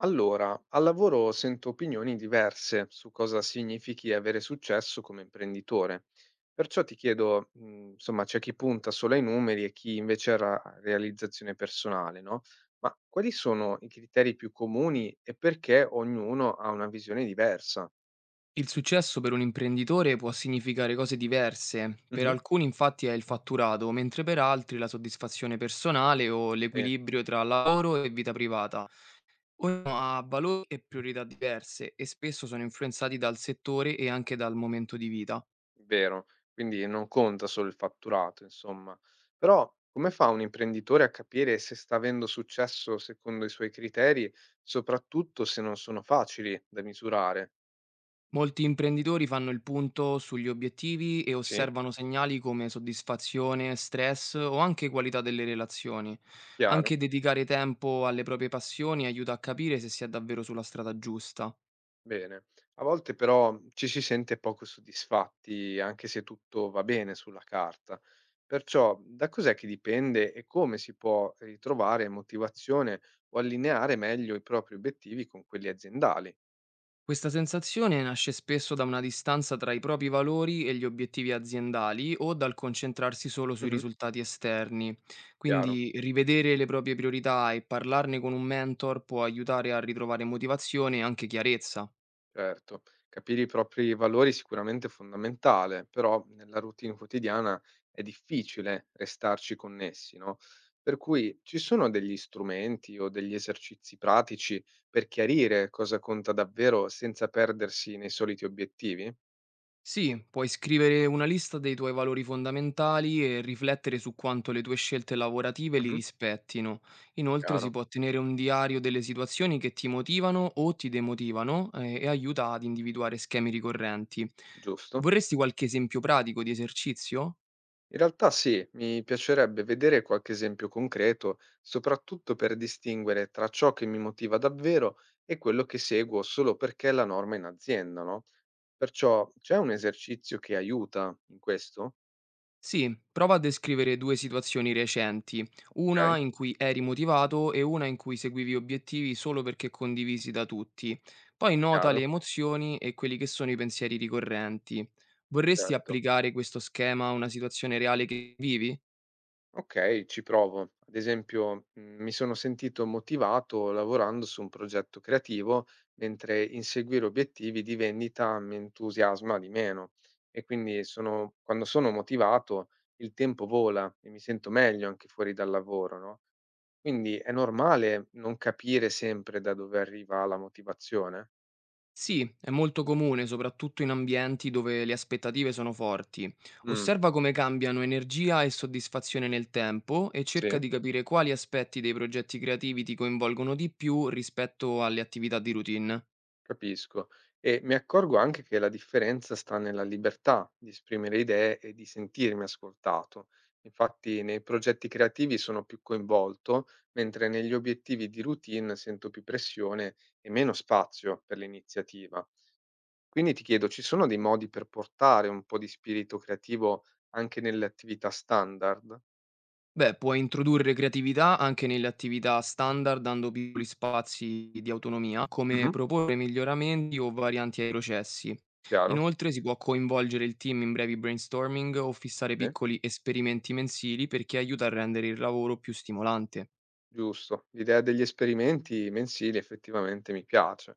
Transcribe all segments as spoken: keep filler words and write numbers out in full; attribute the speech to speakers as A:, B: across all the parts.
A: Allora, al lavoro sento opinioni diverse su cosa significhi avere successo come imprenditore. Perciò ti chiedo, mh, insomma, c'è chi punta solo ai numeri e chi invece alla realizzazione personale, no? Ma quali sono i criteri più comuni e perché ognuno ha una visione diversa?
B: Il successo per un imprenditore può significare cose diverse. Per
A: Mhm,
B: alcuni infatti è il fatturato, mentre per altri la soddisfazione personale o
A: sì.
B: l'equilibrio tra lavoro e vita privata. Ognuno ha valori e priorità diverse e spesso sono influenzati dal settore e anche dal momento di vita.
A: Vero, quindi non conta solo il fatturato, insomma. Però come fa un imprenditore a capire se sta avendo successo secondo i suoi criteri, soprattutto se non sono facili da misurare?
B: Molti imprenditori fanno il punto sugli obiettivi e
A: Sì,
B: osservano segnali come soddisfazione, stress o anche qualità delle relazioni.
A: chiaro,
B: Anche dedicare tempo alle proprie passioni aiuta a capire se si è davvero sulla strada giusta.
A: bene. A volte però ci si sente poco soddisfatti, anche se tutto va bene sulla carta. Perciò da cos'è che dipende e come si può ritrovare motivazione o allineare meglio i propri obiettivi con quelli aziendali?
B: Questa sensazione nasce spesso da una distanza tra i propri valori e gli obiettivi aziendali o dal concentrarsi solo sui
A: Mhm.
B: risultati esterni.
A: Chiaro.
B: Quindi rivedere le proprie priorità e parlarne con un mentor può aiutare a ritrovare motivazione e anche chiarezza.
A: Certo, capire i propri valori sicuramente è fondamentale, però nella routine quotidiana è difficile restarci connessi, no? Per cui ci sono degli strumenti o degli esercizi pratici per chiarire cosa conta davvero senza perdersi nei soliti obiettivi?
B: Sì, puoi scrivere una lista dei tuoi valori fondamentali e riflettere su quanto le tue scelte lavorative li
A: Mhm.
B: rispettino. Inoltre si
A: Chiaro,
B: può tenere un diario delle situazioni che ti motivano o ti demotivano eh, e aiuta ad individuare schemi ricorrenti.
A: giusto.
B: Vorresti qualche esempio pratico di esercizio?
A: In realtà sì, mi piacerebbe vedere qualche esempio concreto, soprattutto per distinguere tra ciò che mi motiva davvero e quello che seguo solo perché è la norma in azienda, no? Perciò c'è un esercizio che aiuta in questo?
B: Sì, prova a descrivere due situazioni recenti,
A: Ok,
B: una in cui eri motivato e una in cui seguivi obiettivi solo perché condivisi da tutti. Poi nota
A: chiaro,
B: le emozioni e quelli che sono i pensieri ricorrenti. Vorresti
A: certo.
B: applicare questo schema a una situazione reale che vivi?
A: Okay, ci provo. Ad esempio, mhmm, mi sono sentito motivato lavorando su un progetto creativo, mentre inseguire obiettivi di vendita mi entusiasma di meno. E quindi sono quando sono motivato il tempo vola e mi sento meglio anche fuori dal lavoro, no, quindi è normale non capire sempre da dove arriva la motivazione?
B: Sì, è molto comune, soprattutto in ambienti dove le aspettative sono forti.
A: Mh,
B: Osserva come cambiano energia e soddisfazione nel tempo e cerca
A: sì.
B: di capire quali aspetti dei progetti creativi ti coinvolgono di più rispetto alle attività di routine.
A: Capisco. E mi accorgo anche che la differenza sta nella libertà di esprimere idee e di sentirmi ascoltato. Infatti, nei progetti creativi sono più coinvolto, mentre negli obiettivi di routine sento più pressione e meno spazio per l'iniziativa. Quindi ti chiedo, ci sono dei modi per portare un po' di spirito creativo anche nelle attività standard?
B: Beh, puoi introdurre creatività anche nelle attività standard, dando piccoli spazi di autonomia,
A: Mhm.
B: come proporre miglioramenti o varianti ai processi.
A: Chiaro?
B: Inoltre si può coinvolgere il team in brevi brainstorming o fissare
A: Sì.
B: piccoli esperimenti mensili perché aiuta a rendere il lavoro più stimolante.
A: Giusto. L'idea degli esperimenti mensili effettivamente mi piace.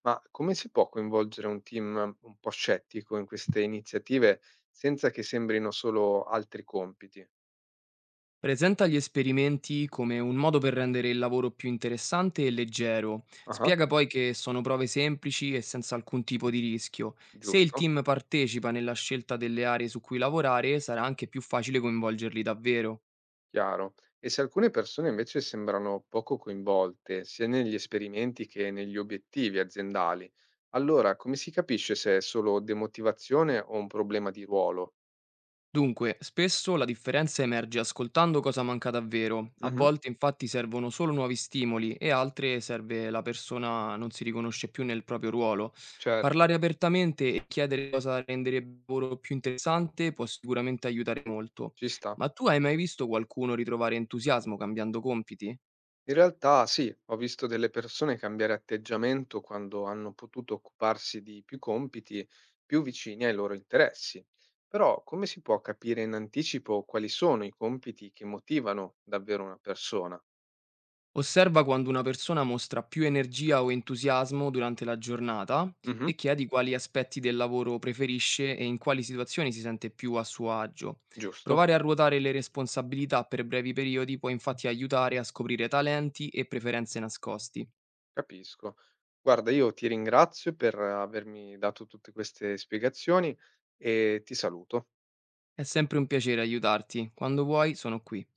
A: Ma come si può coinvolgere un team un po' scettico in queste iniziative senza che sembrino solo altri compiti?
B: Presenta gli esperimenti come un modo per rendere il lavoro più interessante e leggero.
A: Ah-ah,
B: Spiega poi che sono prove semplici e senza alcun tipo di rischio. Se il
A: giusto,
B: team partecipa nella scelta delle aree su cui lavorare, sarà anche più facile coinvolgerli davvero.
A: chiaro. E se alcune persone invece sembrano poco coinvolte, sia negli esperimenti che negli obiettivi aziendali, allora come si capisce se è solo demotivazione o un problema di ruolo?
B: Dunque, spesso la differenza emerge ascoltando cosa manca davvero, a
A: Mhm,
B: volte infatti servono solo nuovi stimoli e altre serve la persona non si riconosce più nel proprio ruolo.
A: certo,
B: Parlare apertamente e chiedere cosa renderebbe il lavoro più interessante può sicuramente aiutare molto.
A: ci sta.
B: Ma tu hai mai visto qualcuno ritrovare entusiasmo cambiando compiti?
A: In realtà sì, ho visto delle persone cambiare atteggiamento quando hanno potuto occuparsi di più compiti più vicini ai loro interessi. Però come si può capire in anticipo quali sono i compiti che motivano davvero una persona?
B: Osserva quando una persona mostra più energia o entusiasmo durante la giornata
A: Mhm,
B: e chiedi quali aspetti del lavoro preferisce e in quali situazioni si sente più a suo agio.
A: giusto,
B: Provare a ruotare le responsabilità per brevi periodi può infatti aiutare a scoprire talenti e preferenze nascosti.
A: capisco. Guarda, io ti ringrazio per avermi dato tutte queste spiegazioni e ti saluto.
B: È sempre un piacere aiutarti. Quando vuoi, sono qui.